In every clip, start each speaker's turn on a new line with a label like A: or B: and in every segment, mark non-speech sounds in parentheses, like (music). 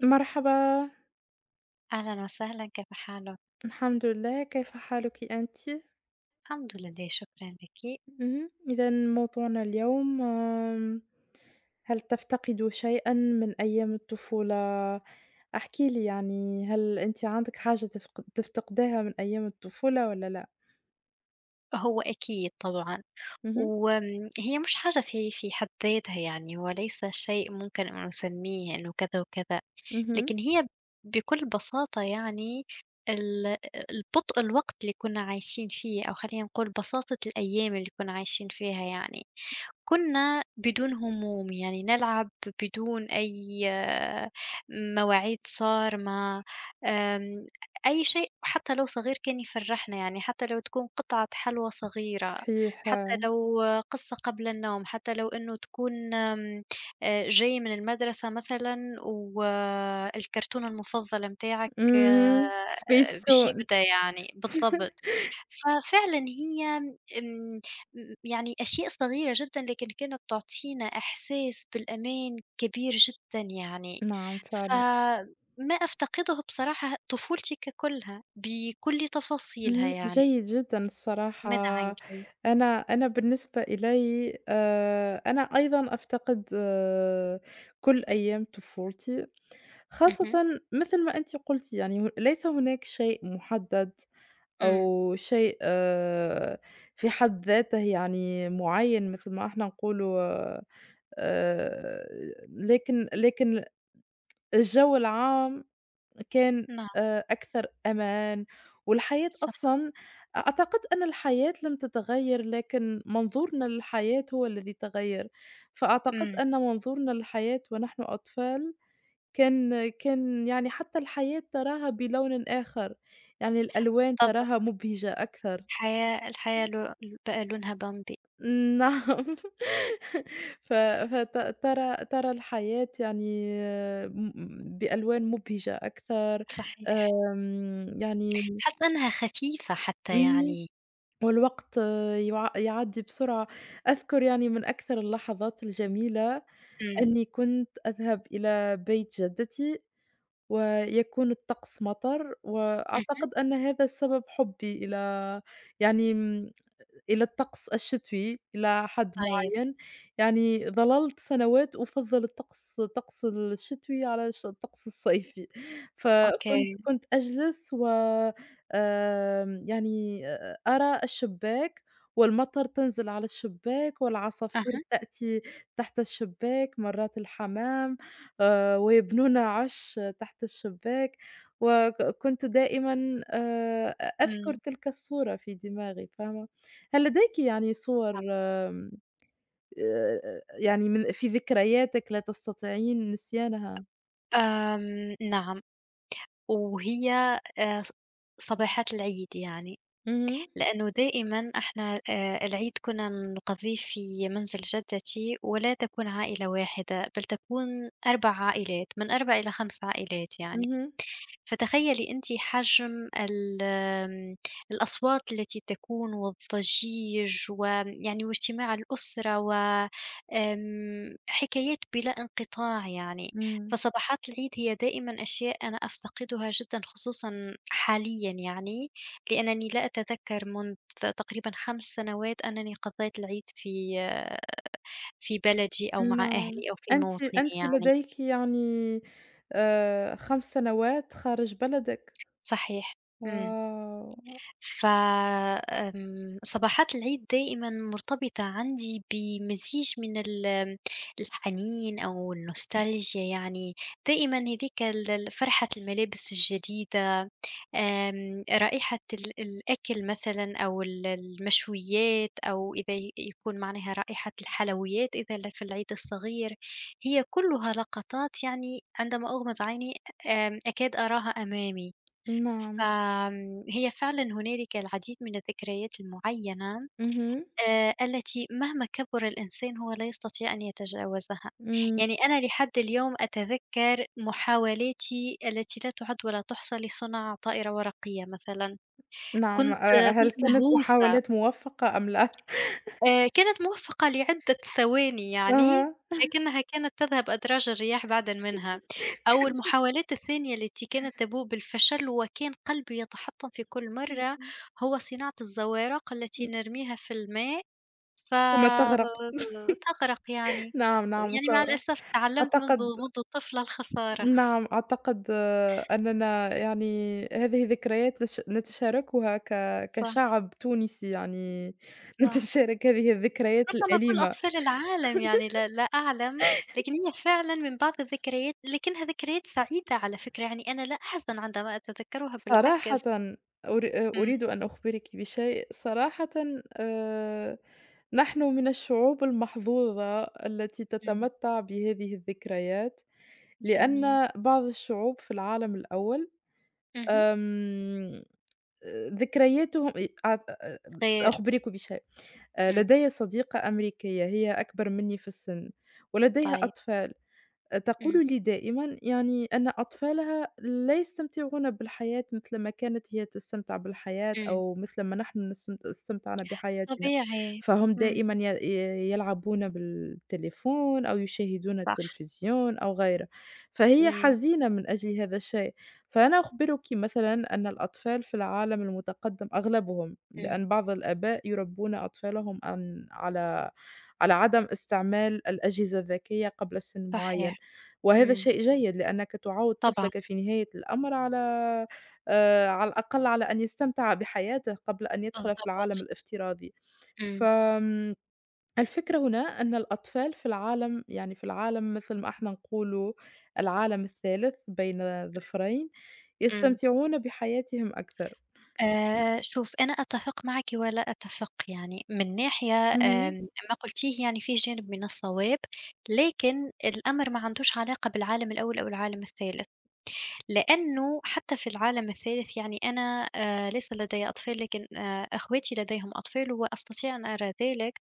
A: مرحبا،
B: أهلًا وسهلًا كيف حالك؟
A: الحمد لله، كيف حالك أنتِ؟
B: الحمد لله شكرًا لِك.
A: إذًا موضوعنا اليوم هل تفتقد شيئًا من أيام الطفولة؟ احكِ لي يعني هل أنتِ عندِك حاجة تفتقديها من أيام الطفولة والّا لأ؟
B: هو أكيد طبعًا،
A: اهم،
B: وآمم هي مش حاجة في حد ذاتها يعني، وليس شيء ممكن أن نسميه إنه كذا وكذا،
A: اهم،
B: لكن هي بكل بساطة يعني ال البطء الوقت اللي كنا عايشين فيه أو خلّينا نقول بساطة الأيام اللي كنا عايشين فيها يعني. كنا بدون هموم، يعني نلعب بدون أي مواعيد صارمة، آمم، أي شيء حتى لو صغير كان يفرّحنا، يعني حتى لو تكون قطعة حلوى صغيرة،
A: صحيح،
B: حتى لو قصة قبل النوم، حتى لو إنه تكون جاي من المدرسة مثلًا والكرتون المفضل متاعك
A: إمم، سبيس
B: باش
A: تون.
B: يبدا يعني
A: (laughs)
B: بالضبط. ففعلًا هي آمم، م يعني أشياء صغيرة جدًا، لكن كانت تعطينا إحساس بالأمان كبير جدًا يعني،
A: نعم فعلًا.
B: فما أفتقده بصراحة طفولتي ككلها بكل تفاصيلها
A: إمم،
B: يعني،
A: جيد جدًا الصراحة.
B: ماذا عنكِ؟
A: أنا بالنسبة إلَيّ أنا أيضًا أفتقد كل أيام طفولتي،
B: اهم،
A: خاصةً مثل ما أنتِ قلتِ يعني ليس هناك شيء محدد
B: إمم،
A: أو شيء في حد ذاته يعني معيّن مثل ما إحنا نقولوا، آآ، لكن الجو العام كان
B: نعم،
A: أكثر أمان، والحياة
B: صح،
A: أصلًا أعتقد أن الحياة لم تتغيّر، لكن منظورنا للحياة هو الذي تغيّر، فأعتقد
B: إمم،
A: أن منظورنا للحياة ونحن أطفال كان يعني حتى الحياة تراها بلون آخر، يعني الألوان
B: بالضبط،
A: تراها مبهجة أكثر.
B: الحياة لو بقى لونها بامبي،
A: نعم. (laughs) ف فت ترى الحياة يعني آه، م بألوان مبهجة أكثر،
B: صحيح،
A: يعني
B: حاسة إنها خفيفة حتى
A: إمم،
B: يعني،
A: والوقت يعدّي بسرعة. أذكر يعني من أكثر اللحظات الجميلة
B: إمم،
A: أني كنت أذهب إلى بيت جدتي ويكون الطقس مطر،
B: اهم،
A: وأعتقد أن هذا السبب حُبّي إلى يعني إلى الطقس الشتوي إلى حد
B: طيب،
A: معيّن، يعني ظللت سنوات أفضّل الطقس الشتوي على الطقس الصيفي. (laughs) فكنت
B: أوكي،
A: كنت أجلس و يعني أرى الشباك والمطر تنزل على الشباك والعصافير
B: أها،
A: تأتي تحت الشباك، مرات الحمام. ويبنون عَش تحت الشباك، وك كنت دائمًا أ أذكر
B: إمم.
A: تلك الصورة في دماغي، فاهمة؟ هل لديكِ يعني صور آمم يعني في ذكرياتِك لا تستطيعين نسيانها؟
B: نعم، وهي ص صباحات العيد يعني.
A: اهم،
B: لأنه دائمًا إحنا العيد كنا نقضّيه في منزل جدتي، ولا تكون عائلة واحدة، بل تكون 4 عائلات، من 4 إلى 5 عائلات يعني.
A: اهم،
B: فتخيّلي أنتِ حجم ال آمم، الأصوات التي تكون والضجيج ويعني واجتماع الأسرة و حكايات بلا انقطاع يعني.
A: إمم.
B: فصباحات العيد هي دائمًا أشياء أنا أفتقدها جدًا خصوصًا حاليًا يعني. لأنني لا أتذكّر منذ تقريبًا 5 سنوات أنني قضّيت العيد في بلدي أو مع
A: نعم.
B: أهلي أو في
A: أنتِ
B: موطني
A: أنتِ
B: يعني،
A: لديكِ يعني 5 سنوات خارج بلدِك.
B: صحيح، إمم.
A: واو!
B: ف آمم، صباحات العيد دائمًا مرتبطة عندي بمزيج من الحنين أو النوستالجيا يعني، دائمًا هذيك ال ال فرحة الملابس الجديدة، رائحة الأكل مثلًا أو المشويات أو إذا يكون معناها رائحة الحلويات إذا في العيد الصغير، هي كلّها لقطات يعني عندما أغمض عيني أكاد أراها أمامي،
A: نعم.
B: هي فعلًا هنالك العديد من الذكريات المُعيّنة
A: اهم.
B: التي مهما كبر الإنسان هو لا يستطيع أن يتجاوزها،
A: إمم.
B: يعني أنا لحد اليوم أتذكّر محاولاتي التي لا تُعَد ولا تُحصى لصنع طائرة ورقية مثلًا،
A: نعم،
B: كنت آه،
A: هل
B: كنت
A: كانت
B: مهووسة،
A: محاولات موفّقة أم لا؟
B: كانت موفّقة لعدة ثواني يعني،
A: أها.
B: لكنها كانت تذهب أدراج الرياح بعدًا منها، أو المحاولات الثانية التي كانت تبوء بالفشل وكان قلبي يتحطّم في كل مرّة،
A: إمم،
B: هو صناعة الزوارق التي
A: إمم.
B: نرميها في الماء ف
A: كما تغرق.
B: تغرق يعني،
A: نعم، نعم، ك
B: يعني مع الأسف تعلّمت منذ
A: أعتقد
B: منذ طفلة الخسارة،
A: نعم، أعتقد أننا يعني هذه ذكريات نتشاركها
B: صح،
A: كشعب تونسي يعني. (laughs)
B: صح،
A: نتشارك هذه الذكريات
B: ربما كل
A: الأليمة.
B: أطفال العالم يعني لا، لا أعلم، لكن هي فعلًا من بعض الذكريات لكنها ذكريات سعيدة على فكرة، يعني أنا لا أحزن عندما أتذكرها
A: صراحةً
B: بالعكس.
A: أر آه،
B: إمم،
A: أريد أن أخبرِك بشيء، صراحةً، آآ نحن من الشعوب المحظوظة التي
B: إمم،
A: تتمتع بهذه الذكريات.
B: جميل،
A: لأن بعض الشعوب في العالم الأول،
B: اهم،
A: آمم، ذكرياتهم أ أعت أ
B: غير،
A: سأخبرك بشيء، آه،
B: إمم،
A: لدي صديقة أمريكية هي أكبر مني في السن ولديها
B: طيب،
A: أطفال.
B: إمم،
A: تقول لي دائمًا يعني أن أطفالها لا يستمتعون بالحياة مثل ما كانت هي تستمتع بالحياة
B: إمم،
A: أو مثل ما نحن استمتعنا بحياتنا،
B: طبيعي،
A: فهم
B: إمم،
A: دائمًا ي ي يلعبون بالتليفون أو يشاهدون
B: صح،
A: التلفزيون أو غيره، فهي
B: إمم،
A: حزينة من أجل هذا الشيء، فأنا أخبركِ مثلًا أن الأطفال في العالم المتقدم أغلبهم،
B: إمم،
A: لأن بعض الآباء يربون أطفالهم على على عدم استعمال الأجهزة الذكية قبل سن
B: صحيح،
A: معين. وهذا
B: إمم،
A: شيء جيد لأنك تعود
B: طبعًا،
A: طفلك في نهاية الأمر على على الأقل على أن يستمتع بحياته قبل أن يدخل في العالم
B: بالضبط،
A: الافتراضي.
B: إمم،
A: فآمم الفكرة هنا أن الأطفال في العالم يعني في العالم مثل ما إحنا نقولوا العالم الثالث بين ظفرين،
B: إمم.
A: يستمتعون بحياتهم أكثر.
B: شوف، أنا أتفق معك ولا أتفق، يعني من ناحية
A: اهم.
B: ما قُلتيه يعني فيه جانب من الصواب، لكن الأمر ما عندوش علاقة بالعالم الأول أو العالم الثالث. لأنه حتى في العالم الثالث يعني أنا ليس لدي أطفال، لكن أخواتي لديهم أطفال وأستطيع أن أرى ذلك.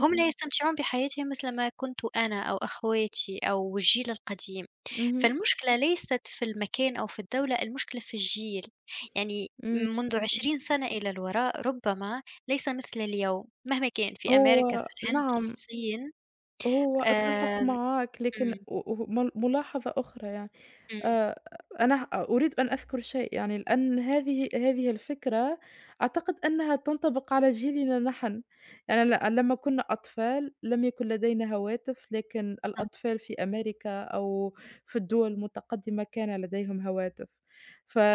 B: هم لا يستمتعون بحياتهم مثل ما كنت أنا أو أخواتي أو الجيل القديم.
A: اهم.
B: فالمشكلة ليست في المكان أو في الدولة، المشكلة في الجيل. يعني
A: إمم.
B: منذ 20 سنة إلى الوراء ربما ليس مثل اليوم، مهما كان في أمريكا، في
A: هو
B: الهند، في
A: نعم،
B: الصين.
A: هو أتفق
B: إمم.
A: معاك، لكن
B: آمم
A: و وه مل ملاحظة أخرى يعني،
B: إمم، إمم،
A: آآ أنا ه أريد أن أذكر شيء يعني لأن هذه الفكرة أعتقد أنها تنطبق على جيلنا نحن، يعني لمّا كنا أطفال لم يكن لدينا هواتف، لكن
B: نعم،
A: الأطفال في أمريكا أو في الدول المتقدمة كان لديهم هواتف،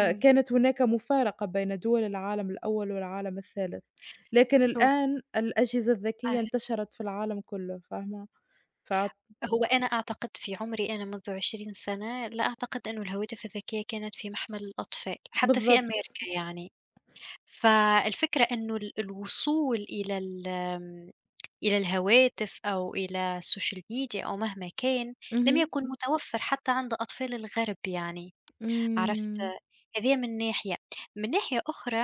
B: إمم،
A: هناك مفارقة بين دول العالم الأول والعالم الثالث، لكن
B: شوف،
A: الآن الأجهزة الذكية انتشرت في العالم كله، فاهمة؟ ف
B: هو أنا أعتقد في عمري أنا منذ 20 سنة، لا أعتقد إنه الهواتف الذكية كانت في محمل الأطفال، حتى في
A: بالضبط.
B: أمريكا يعني، فالفكرة إنه الوصول إلى ال آمم، إلى الهواتف أو إلى السوشيال ميديا أو مهما كان، لم
A: اهم.
B: يكن متوفر حتى عند أطفال الغرب يعني، عرفت؟
A: إمم.
B: هذيّة من ناحية، من ناحية أخرى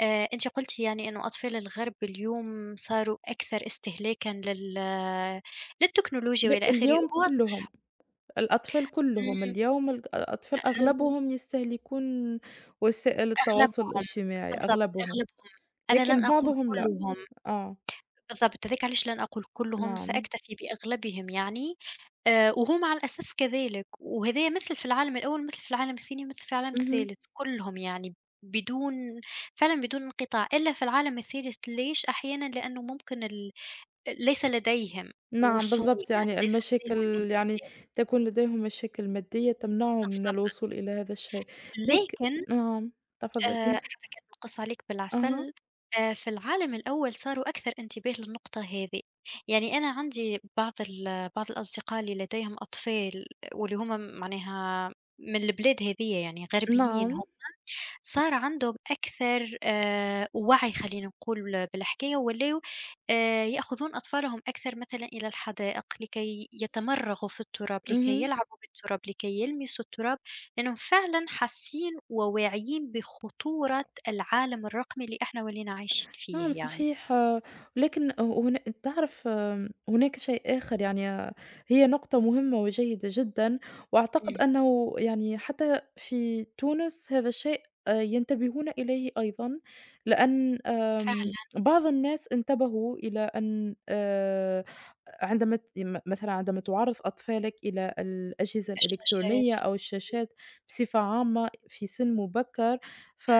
B: أنتِ قلتِ يعني إنه أطفال الغرب اليوم صاروا أكثر استهلاكًا للتكنولوجيا وإلى آخره،
A: اليوم
B: وهو
A: كلّهم، الأطفال كلّهم،
B: إمم،
A: اليوم الأطفال
B: آآ
A: أغلبهم يستهلكون وسائل التواصل
B: أغلبهم،
A: الاجتماعي،
B: بالضبط
A: أغلبهم،
B: أغلبهم، أنا
A: لكن
B: لن أقول
A: بعضهم لأ،
B: كلّهم،
A: آه،
B: بالضبط هذاك علاش لن أقول كلّهم،
A: نعم،
B: سأكتفي بأغلبهم يعني، وهو مع الأسف كذلك، وهذايا مثل في العالم الأول، مثل في العالم الثاني، ومثل في العالم
A: اهم،
B: الثالث، كلّهم يعني بدون، فعلًا بدون انقطاع، إلا في العالم الثالث ليش أحيانًا لأنه ممكن ليس لديهم
A: نعم
B: وصول،
A: بالضبط،
B: يعني
A: يعني
B: ليس لديهم
A: المشاكل، يعني
B: الماديات،
A: تكون لديهم مشاكل مادية تمنعهم من
B: بالضبط،
A: الوصول إلى هذا الشيء، لك
B: لكن
A: نعم، تفضّلي،
B: حتى كان ينقص عليك
A: أها،
B: بالعسل، في العالم الأول صاروا أكثر انتباه للنقطة هذه، يعني أنا عندي بعض بعض الأصدقاء اللي لديهم أطفال واللي هُم معناها من البلاد هذية يعني غربيين هم.
A: نعم،
B: صار عندهم أكثر وعي خلّينا نقول بالحكاية، ولاو يأخذون أطفالهم أكثر مثلًا إلى الحدائق لكي يتمرّغوا في التراب، لكي
A: اهم.
B: يلعبوا بالتراب، لكي يلمسوا التراب، لأنهم فعلًا حاسين وواعيين بخطورة العالم الرقمي اللي إحنا ولينا عايشين
A: نعم
B: فيه يعني.
A: صحيح، ولكن تعرف هناك شيء آخر يعني، هي نقطة مهمة وجيدة جدًا، وأعتقد
B: إمم،
A: أنه يعني حتى في تونس هذا الشيء ينتبهون إليه أيضًا، لأن
B: فعلًا
A: بعض الناس انتبهوا إلى أن عندما ت م مثلًا عندما تعرّض أطفالك إلى الأجهزة
B: الشاشات،
A: الإلكترونية أو
B: إمم،
A: الشاشات بصفة عامة في سن مبكر،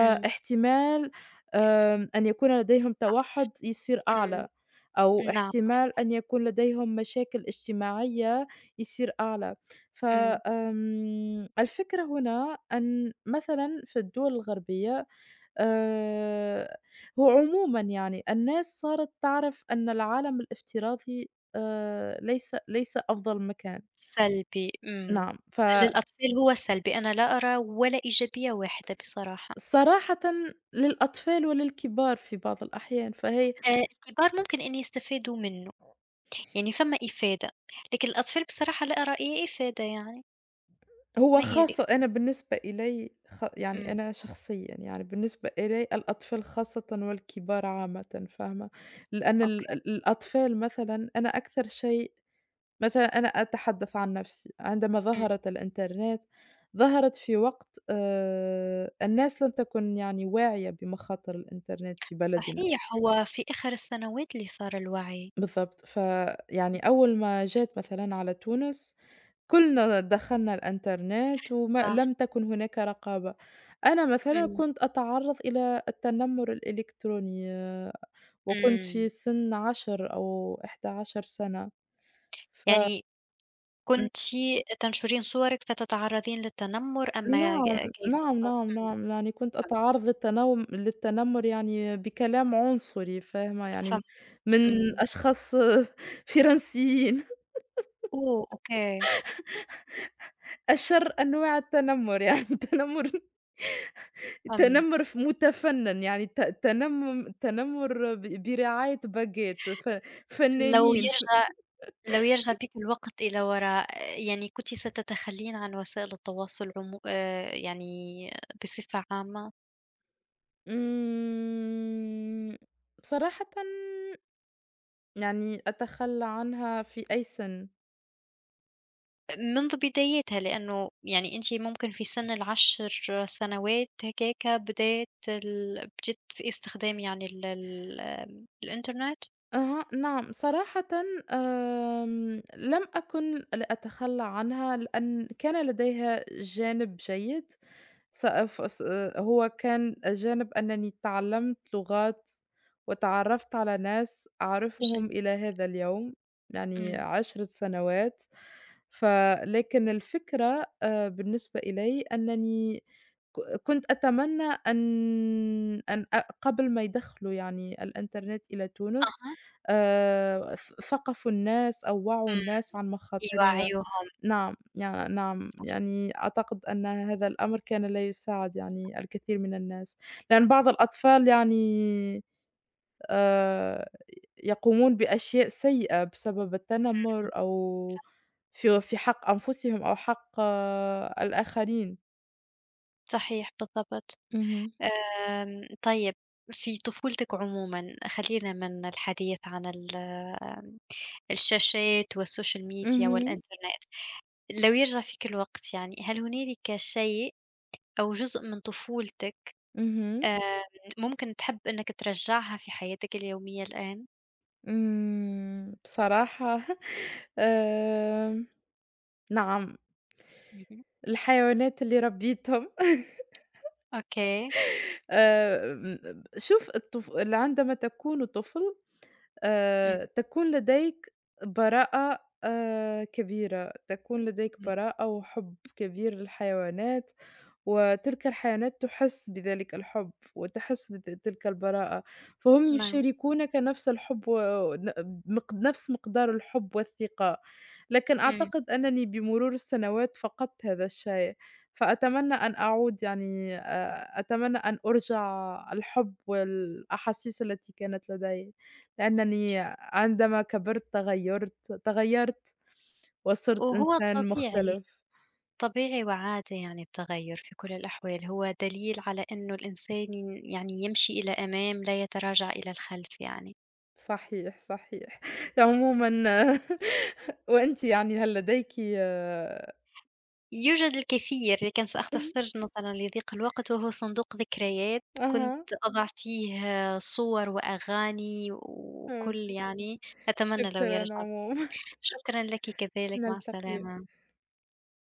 B: إمم،
A: أن يكون لديهم
B: صح،
A: توحُّد يصير
B: إمم،
A: أعلى، أو
B: نعم، صحيح،
A: احتمال أن يكون لديهم مشاكل اجتماعية يصير أعلى. ف
B: إمم.
A: آمم، الفكرة هنا أن مثلًا في الدول الغربية، آآ، هو عمومًا يعني الناس صارت تعرف أن العالم الافتراضي ليس أفضل مكان.
B: سلبي، إمم.
A: نعم،
B: للأطفال هو سلبي، أنا لا أرى ولا إيجابية واحدة بصراحة.
A: فصراحةً للأطفال وللكبار في بعض الأحيان،
B: الكبار ممكن إن يستفادوا منّه، يعني فما إفادة، لكن الأطفال بصراحة لا أرى أي إفادة يعني،
A: هو
B: ما هي
A: خاصة أنا بالنسبة إلي يعني
B: إمم،
A: أنا شخصيًا يعني بالنسبة إلي الأطفال خاصةً والكبار عامةً، فاهمة؟ لأن
B: أوكي،
A: ال ال الأطفال مثلًا أنا أكثر شيء، مثلًا أنا أتحدث عن نفسي، عندما
B: إمم.
A: ظهرت الإنترنت ظهرت في وقت، الناس لم تكن يعني واعية بمخاطر الإنترنت في بلدنا.
B: صحيح، هو في آخر السنوات اللي صار الوعي،
A: بالضبط، فيعني أول ما جات مثلًا على تونس، كُلّنا دخلنا الإنترنت
B: صح،
A: لم تكن هناك رقابة. أنا مثلًا
B: إمم،
A: كنت أتعرّض إلى التنمر الإلكتروني، آه، وكنت
B: إمم.
A: في سِن 10 أو 11 سنة. ف
B: يعني كنتِ تنشرين صورِك فتتعرّضين للتنمر،
A: ن
B: أمّا
A: نعم،
B: كيف
A: نعم،
B: تطلب.
A: نعم،
B: إمم،
A: نعم، يعني كنت
B: فهمت،
A: أتعرّض للتنمر يعني بكلام عنصري، فاهمة،
B: فهمت،
A: يعني من
B: إمم.
A: أشخاص (laughs) فرنسيين.
B: أوه! أوكي،
A: أشَرّ أنواع التنمُّر، يعني (laughs)
B: فهمت.
A: تنمُّر مُتفنّن، يعني ت تنمُّم تنمُّر برعاية باجات،
B: لو
A: فنّانين
B: يرجع لو يرجع بك الوقت إلى وراء، يعني كنتِ ستتخلّين عن وسائل التواصل عمو يعني بصفة عامة؟
A: إمم، بصراحةً يعني أتخلّى عنها في أي سِن.
B: منذ بدايتها، لأنه يعني أنتِ ممكن في سن ال10 سنوات هكاك بدأت ال بديتِ في استخدام يعني ال ال آمم، الإنترنت؟
A: أها، نعم، صراحةً لم أكن لأتخلّى عنها لأن كان لديها جانب جيد، س ف س هو كان جانب أنني تعلّمت لغات وتعرّفت على ناس
B: ج
A: أعرفهم إلى هذا اليوم، يعني
B: إمم،
A: 10 سنوات، ف لكن الفكرة، بالنسبة إلي أنني كنت أتمنى أن أن أ قبل ما يدخّلوا يعني الإنترنت إلى تونس
B: أها،
A: ث ثقفوا الناس أو وعّوا
B: إمم،
A: الناس عن مخاطرها.
B: يوعّيوهم،
A: نعم، نعم، يعني أعتقد أن هذا الأمر كان لا يساعد يعني الكثير من الناس، لأن بعض الأطفال يعني آآ يقومون بأشياء سيئة بسبب
B: إمم،
A: التنمر أو في في حق أنفسهم أو حق الآخرين.
B: صحيح بالضبط.
A: اهم.
B: طيب في طفولتِك عمومًا، خلّينا من الحديث عن ال آمم، الشاشات والسوشيال ميديا
A: اهم،
B: والإنترنت، لو يرجع فيك الوقت يعني، هل هنالك شيء أو جزء من طفولتِك
A: اهم،
B: آمم، ممكن تحب إنك ترجعها في حياتك اليومية الآن؟
A: إمم، بصراحة. (laughs) آمم نعم.
B: اهم،
A: الحيوانات اللي ربيتهم. (laughs)
B: أوكي،
A: م شوف عندما تكون طفل
B: إمم،
A: تكون لديك براءة كبيرة، تكون لديك
B: إمم،
A: براءة وحُب كبير للحيوانات، وتلك الحيوانات تحس بذلك الحُب وتحس تلك البراءة، فهم
B: نعم،
A: يشاركونك نفس الحُب و ن مق نفس مقدار الحُب والثقة، لكن
B: إمم،
A: أعتقد أنني بمرور السنوات فقدت هذا الشيء، فأتمنى أن أعود يعني، أتمنى أن أرجع الحُب والأحاسيس التي كانت لدي. لأنني عندما كبرت تغيّرت وصرت
B: وهو
A: إنسان
B: طبيعي.
A: مختلف.
B: طبيعي وعادي يعني التغير في كل الأحوال هو دليل على أنه الإنسان يعني يمشي إلى أمام لا يتراجع إلى الخلف يعني
A: صحيح، صحيح. (laughs) عمومًا، (laughs) وأنتِ يعني هل لديكِ؟
B: يوجد الكثير لكن سأختصر
A: (laughs)
B: نظرا لضيق الوقت وهو صندوق ذكريات كنت
A: أها،
B: أضع فيه صور وأغاني وكل
A: فهمت.
B: يعني أتمنى لو
A: شكرًا
B: يرجع بي.
A: عمومًا.
B: شكرا لك
A: (laughs)
B: كذلك، مع
A: نلتقي.
B: السلامة.